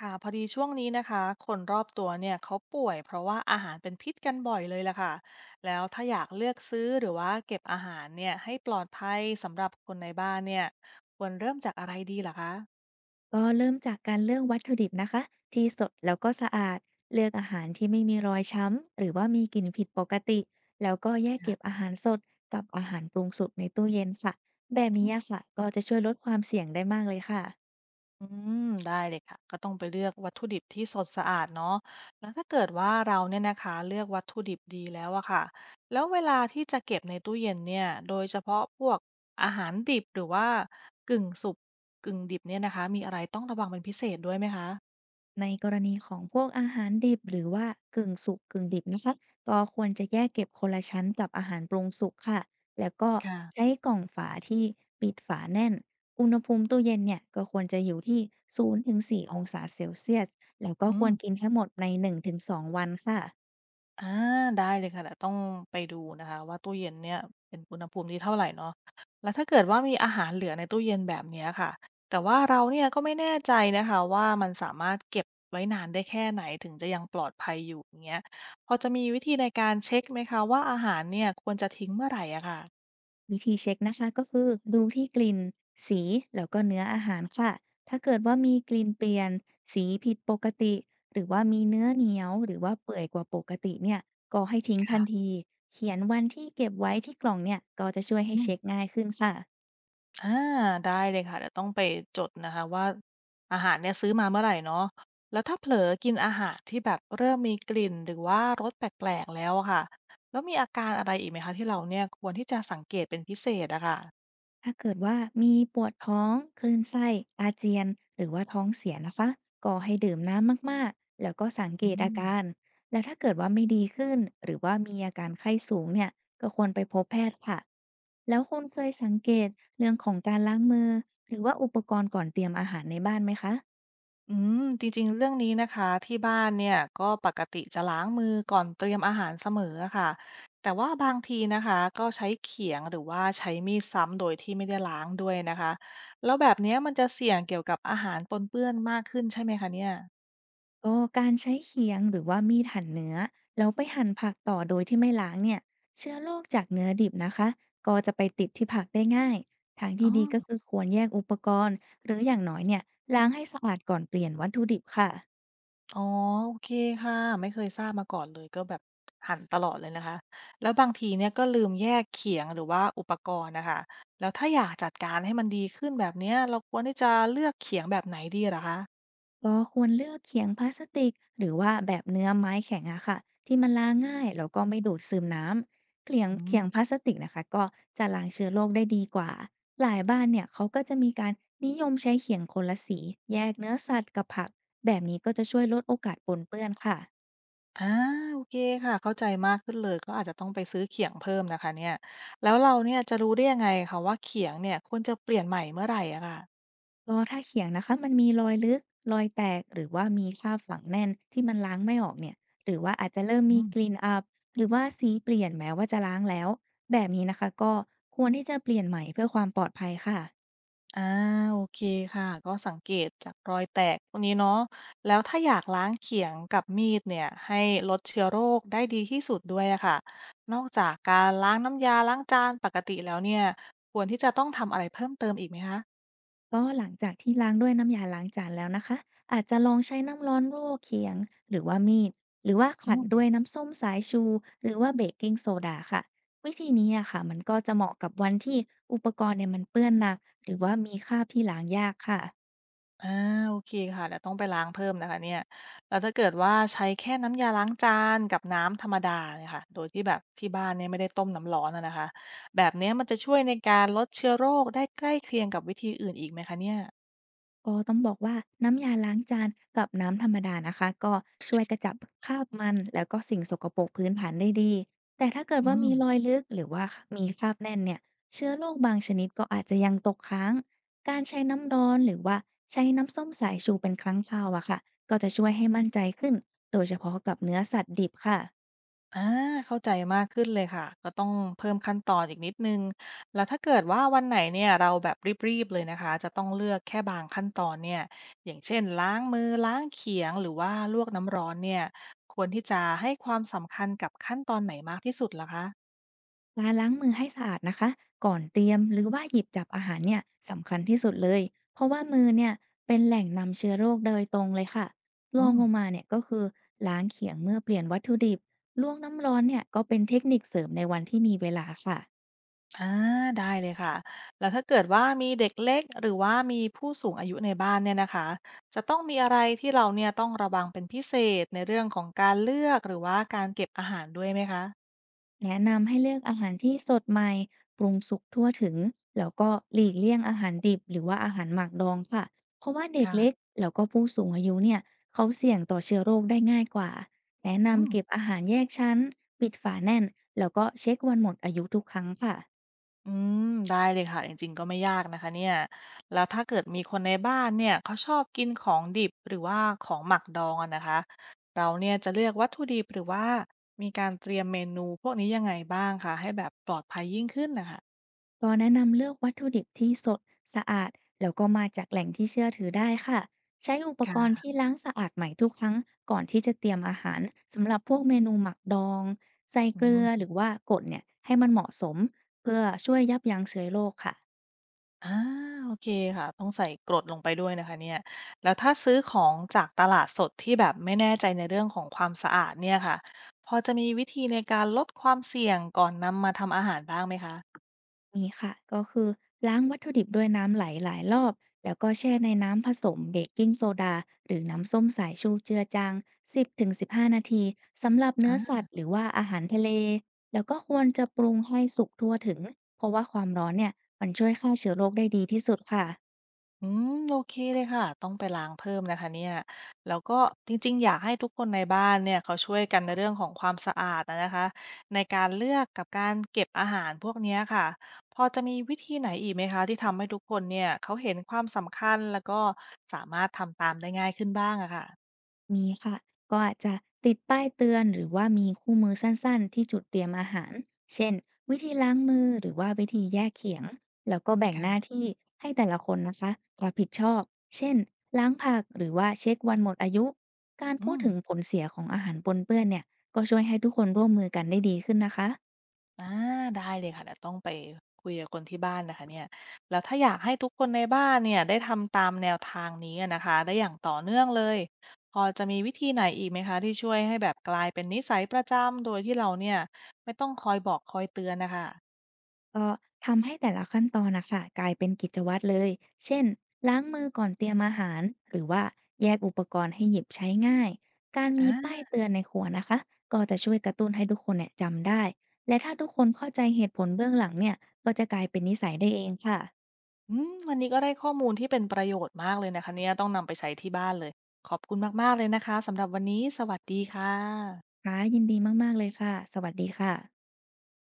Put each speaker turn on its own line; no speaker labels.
ค่ะพอดีช่วงนี้นะคะคนรอบตัวเนี่ยเขาป่วยเพราะว่าอาหารเป็นพิษกันบ่อยเลยล่ะค่ะแล้วถ้าอยากเลือกซื้อหรือว่าเก็บอาหารเนี่ยให้ปลอดภัยสำหรับคนในบ้านเนี่ยควรเริ่มจากอะไรดีล่ะคะ
ก็เริ่มจากการเลือกวัตถุดิบนะคะที่สดแล้วก็สะอาดเลือกอาหารที่ไม่มีรอยช้ำหรือว่ามีกลิ่นผิดปกติแล้วก็แยก
ค่ะ
เก็บอาหารสดกับอาหารปรุงสุกในตู้เย็นค่ะแบบ
อื
นี้
ม
อะค่ะก็จะช่วยลดความเสี่ยงได้มากเลยค่ะ
อืได้เลยค่ะก็ต้องไปเลือกวัตถุดิบที่สดสะอาดเนาะแล้วถ้าเกิดว่าเราเนี่ยนะคะเลือกวัตถุดิบดีแล้วอะค่ะแล้วเวลาที่จะเก็บในตู้เย็นเนี่ยโดยเฉพาะพวกอาหารดิบหรือว่ากึ่งสุกกึ่งดิบเนี่ยนะคะมีอะไรต้องระวังเป็นพิเศษด้วยไหมคะ
ในกรณีของพวกอาหารดิบหรือว่ากึ่งสุกกึ่งดิบนะคะก็ควรจะแยกเก็บคนละชั้นกับอาหารปรุงสุกค่ะแล้วก็
ค่ะ
ใช้กล่องฝาที่ปิดฝาแน่นอุณหภูมิตู้เย็นเนี่ยก็ควรจะอยู่ที่0-4องศาเซลเซียสแล้วก็
อื
ค
ม
วรกินทั้งหมดใน1-2วันค่ะ
อาได้เลยค่ะเดี๋ยวต้องไปดูนะคะว่าตู้เย็นเนี่ยเป็นอุณหภูมิที่เท่าไรเนาะแล้วถ้าเกิดว่ามีอาหารเหลือในตู้เย็นแบบเนี้ยค่ะแต่ว่าเราเนี่ยก็ไม่แน่ใจนะคะว่ามันสามารถเก็บไว้นานได้แค่ไหนถึงจะยังปลอดภัยอยู่อย่างเงี้ยพอจะมีวิธีในการเช็กไหมคะว่าอาหารเนี่ยควรจะทิ้งเมื่อไรอะค่ะ
วิธีเช็คนะคะก็คือดูที่กลิ่นสีแล้วก็เนื้ออาหารค่ะถ้าเกิดว่ามีกลิ่นเปลี่ยนสีผิดปกติหรือว่ามีเนื้อเหนียวหรือว่าเปื่อยกว่าปกติเนี่ยก็ให้ทิ้งทัน
ค่ะ
ทีเขียนวันที่เก็บไว้ที่กล่องเนี่ยก็จะช่วยให้
อืม
เช็คง่ายขึ้นค่ะ
อาได้เลยค่ะเดี๋ยวต้องไปจดนะคะว่าอาหารเนี่ยซื้อมาเมื่อไรเนาะแล้วถ้าเผลอกินอาหารที่แบบเริ่มมีกลิ่นหรือว่ารสแปลกๆแล้วอะค่ะแล้วมีอาการอะไรอีกไหมคะที่เราเนี่ยควรที่จะสังเกตเป็นพิเศษอะค่ะ
ถ้าเกิดว่ามีปวดท้องคลื่นไส้อาเจียนหรือว่าท้องเสียนะคะก็ให้ดื่มน้ำมากๆแล้วก็สังเก
อื
ตอา
ม
การแล้วถ้าเกิดว่าไม่ดีขึ้นหรือว่ามีอาการไข้สูงเนี่ยก็ควรไปพบแพทย์ค่ะแล้วคุณเคยสังเกตเรื่องของการล้างมือหรือว่าอุปกรณ์ก่อนเตรียมอาหารในบ้านไหมคะ
อืจริงๆเรื่องนี้นะคะที่บ้านเนี่ยก็ปกติจะล้างมือก่อนเตรียมอาหารเสมออะค่ะแต่ว่าบางทีนะคะก็ใช้เขียงหรือว่าใช้มีดซ้ำโดยที่ไม่ได้ล้างด้วยนะคะแล้วแบบเนี้ยมันจะเสี่ยงเกี่ยวกับอาหารปนเปื้อนมากขึ้นใช่ไหมคะเนี่ย
ก็การใช้เขียงหรือว่ามีดหั่นเนื้อแล้วไปหั่นผักต่อโดยที่ไม่ล้างเนี่ยเชื้อโรคจากเนื้อดิบนะคะก็จะไปติดที่ผักได้ง่ายทาง
อ๋อ
ที่ดีก็คือควรแยกอุปกรณ์หรืออย่างน้อยเนี่ยล้างให้สะอาดก่อนเปลี่ยนวัตถุดิบค่ะ
อ๋อโอเคค่ะไม่เคยทราบมาก่อนเลยก็แบบหั่นตลอดเลยนะคะแล้วบางทีเนี่ยก็ลืมแยกเขียงหรือว่าอุปกรณ์นะคะแล้วถ้าอยากจัดการให้มันดีขึ้นแบบเนี้ยเราควรที่จะเลือกเขียงแบบไหนดีเหรอคะ
ก็ควรเลือกเขียงพลาสติกหรือว่าแบบเนื้อไม้แข็งอะค่ะที่มันล้างง่ายแล้วก็ไม่ดูดซึมน้ำเขียง
อื
เขียงพลา
ม
สติกนะคะก็จะล้างเชื้อโรคได้ดีกว่าหลายบ้านเนี่ยเขาก็จะมีการนิยมใช้เขียงคนละสีแยกเนื้อสัตว์กับผักแบบนี้ก็จะช่วยลดโอกาสปนเปื้อนค่ะ
อาโอเคค่ะเข้าใจมากขึ้นเลยก็อาจจะต้องไปซื้อเขียงเพิ่มนะคะเนี่ยแล้วเราเนี่ยจะรู้ได้ยังไงคะว่าเขียงเนี่ยควรจะเปลี่ยนใหม่เมื่อไหร่อะค่ะ
ก็ถ้าเขียงนะคะมันมีรอยลึกรอยแตกหรือว่ามีคราบฝังแน่นที่มันล้างไม่ออกเนี่ยหรือว่าอาจจะเริ่ม
อื
มีก
ม
ลิ่นอับหรือว่าสีเปลี่ยนแม้ว่าจะล้างแล้วแบบนี้นะคะก็ควรที่จะเปลี่ยนใหม่เพื่อความปลอดภัยค่ะ
อาโอเคค่ะก็สังเกตจากรอยแตกพวกนี้เนาะแล้วถ้าอยากล้างเขียงกับมีดเนี่ยให้ลดเชื้อโรคได้ดีที่สุดด้วยอะค่ะนอกจากการล้างน้ำยาล้างจานปกติแล้วเนี่ยควรที่จะต้องทำอะไรเพิ่มเติมอีกไหมคะ
ก็หลังจากที่ล้างด้วยน้ำยาล้างจานแล้วนะคะอาจจะลองใช้น้ำร้อนรั่วเขียงหรือว่ามีดหรือว่า
อื
ขัดด้ว
ม
ยน้ำส้มสายชูหรือว่าเบกกิ้งโซดาค่ะวิธีนี้อะค่ะมันก็จะเหมาะกับวันที่อุปกรณ์เนี่ยมันเปื้อนหนักหรือว่ามีคราบที่ล้างยากค่ะ
อาโอเคค่ะเดี๋ยวต้องไปล้างเพิ่มนะคะเนี่ยแล้วถ้าเกิดว่าใช้แค่น้ำยาล้างจานกับน้ำธรรมดาเนี่ยค่ะโดยที่แบบที่บ้านเนี่ยไม่ได้ต้มน้ำร้อนอะนะคะแบบเนี้ยมันจะช่วยในการลดเชื้อโรคได้ใกล้เคียงกับวิธีอื่นอีกไหมคะเนี่ย
ก็ต้องบอกว่าน้ำยาล้างจานกับน้ำธรรมดานะคะก็ช่วยกระจับคราบมันแล้วก็สิ่งสกปรกพื้นฐานได้ดีแต่ถ้าเกิด
อื
ว่า
ม
มีรอยลึกหรือว่ามีคราบแน่นเนี่ยเชื้อโรคบางชนิดก็อาจจะยังตกค้างการใช้น้ำร้อนหรือว่าใช้น้ำส้มสายชูเป็นครั้งคราวอะค่ะก็จะช่วยให้มั่นใจขึ้นโดยเฉพาะกับเนื้อสัตว์ดิบค่ะ
อาเข้าใจมากขึ้นเลยค่ะก็ต้องเพิ่มขั้นตอนอีกนิดหนึ่งแล้วถ้าเกิดว่าวันไหนเนี่ยเราแบบรีบๆเลยนะคะจะต้องเลือกแค่บางขั้นตอนเนี่ยอย่างเช่นล้างมือล้างเขียงหรือว่าลวกน้ำร้อนเนี่ยควรที่จะให้ความสำคัญกับขั้นตอนไหนมากที่สุดเหรอคะ
การล้างมือให้สะอาดนะคะก่อนเตรียมหรือว่าหยิบจับอาหารเนี่ยสำคัญที่สุดเลยเพราะว่ามือเนี่ยเป็นแหล่งนำเชื้อโรคโดยตรงเลยค่ะร
อื
อง
ม
ลงมาเนี่ยก็คือล้างเขียงเมื่อเปลี่ยนวัตถุดิบลวกน้ำร้อนเนี่ยก็เป็นเทคนิคเสริมในวันที่มีเวลาค่ะ
อาได้เลยค่ะแล้วถ้าเกิดว่ามีเด็กเล็กหรือว่ามีผู้สูงอายุในบ้านเนี่ยนะคะจะต้องมีอะไรที่เราเนี่ยต้องระวังเป็นพิเศษในเรื่องของการเลือกหรือว่าการเก็บอาหารด้วยไหมคะ
แนะนำให้เลือกอาหารที่สดใหม่ปรุงสุกทั่วถึงแล้วก็หลีกเลี่ยงอาหารดิบหรือว่าอาหารหมักดองค่ะเพราะว่าเด็กเล็ก
ค่ะ
แล้วก็ผู้สูงอายุเนี่ยเขาเสี่ยงต่อเชื้อโรคได้ง่ายกว่าแนะ
อืม
นำเก็บอาหารแยกชั้นปิดฝาแน่นแล้วก็เช็ควันหมดอายุทุกครั้งค่ะ
อืมได้เลยค่ะ จริงๆก็ไม่ยากนะคะเนี่ยแล้วถ้าเกิดมีคนในบ้านเนี่ยเขาชอบกินของดิบหรือว่าของหมักดองอะนะคะ เราเนี่ยจะเลือกวัตถุดิบหรือว่ามีการเตรียมเมนูพวกนี้ยังไงบ้างคะให้แบบปลอดภัยยิ่งขึ้นนะคะ
ก็แนะนำเลือกวัตถุดิบที่สดสะอาดแล้วก็มาจากแหล่งที่เชื่อถือได้ค่ะใช้อุป
ค่
กรณ์ที่
ะ
ล้างสะอาดใหม่ทุกครั้งก่อนที่จะเตรียมอาหารสำหรับพวกเมนูหมักดองใส่
อื
เกลือห
ม
รือว่ากดเนี่ยให้มันเหมาะสมเพื่อช่วยยับยั้งเชื้อโรคค่ะ
อาโอเคค่ะ ต้องใส่กรดลงไปด้วยนะคะเนี่ยแล้วถ้าซื้อของจากตลาดสดที่แบบไม่แน่ใจในเรื่องของความสะอาดเนี่ยค่ะพอจะมีวิธีในการลดความเสี่ยงก่อนนำมาทำอาหารบ้างไหมคะ
มีค่ะก็คือล้างวัตถุดิบด้วยน้ำไหลหลายรอบแล้วก็แช่ในน้ำผสมเบกกิ้งโซดาหรือน้ำส้มสายชูเจือจาง10-15นาทีสำหรับเนื้อ
อา
สัตว์หรือว่าอาหารทะเลแล้วก็ควรจะปรุงให้สุกทั่วถึงเพราะว่าความร้อนเนี่ยมันช่วยฆ่าเชื้อโรคได้ดีที่สุดค่ะ
โอเคเลยค่ะต้องไปล้างเพิ่มนะคะเนี่ยแล้วก็จริงๆอยากให้ทุกคนในบ้านเนี่ยเขาช่วยกันในเรื่องของความสะอาดอะนะคะในการเลือกกับการเก็บอาหารพวกเนี้ยค่ะพอจะมีวิธีไหนอีกไหมคะที่ทำให้ทุกคนเนี่ยเขาเห็นความสำคัญแล้วก็สามารถทำตามได้ง่ายขึ้นบ้างอะค่ะ
มีค่ะก็อาจจะติดป้ายเตือนหรือว่ามีคู่มือสั้นๆที่จุดเตรียมอาหารเช่นวิธีล้างมือหรือว่าวิธีแยกเขียงแล้วก็แบ่งหน้า
ค่ะ
ที่ให้แต่ละคนนะคะรับผิดชอบเช่นล้างผักหรือว่าเช็ควันหมดอายุการ
อื
พูด
ม
ถึงผลเสียของอาหารปนเปื้อนเนี่ยก็ช่วยให้ทุกคนร่วมมือกันได้ดีขึ้นนะคะ
อาได้เลยค่ะเดี๋ยวต้องไปคุยกับคนที่บ้านนะคะเนี่ยแล้วถ้าอยากให้ทุกคนในบ้านเนี่ยได้ทำตามแนวทางนี้อะนะคะได้อย่างต่อเนื่องเลยพอจะมีวิธีไหนอีกไหมคะที่ช่วยให้แบบกลายเป็นนิสัยประจำโดยที่เราเนี่ยไม่ต้องคอยบอกคอยเตือนน่ะค่ะ
ก็ทำให้แต่ละขั้นตอนนะคะกลายเป็นกิจวัตรเลย เช่นล้างมือก่อนเตรียมอาหารหรือว่าแยกอุปกรณ์ให้หยิบใช้ง่ายการ
อ
มีป้าย
า
เตือนในครัวนะคะก็จะช่วยกระตุ้นให้ทุกคนเนี่ยจำได้และถ้าทุกคนเข้าใจเหตุผลเบื้องหลังเนี่ยก็จะกลายเป็นนิสัยได้เองค่ะ
วันนี้ก็ได้ข้อมูลที่เป็นประโยชน์มากเลยนะคะเนี่ยต้องนำไปใช้ที่บ้านเลยขอบคุณมากๆเลยนะคะสำหรับวันนี้สวัสดีค่ะ
ค่ะยินดีมากๆเลยค่ะสวัสดีค่ะ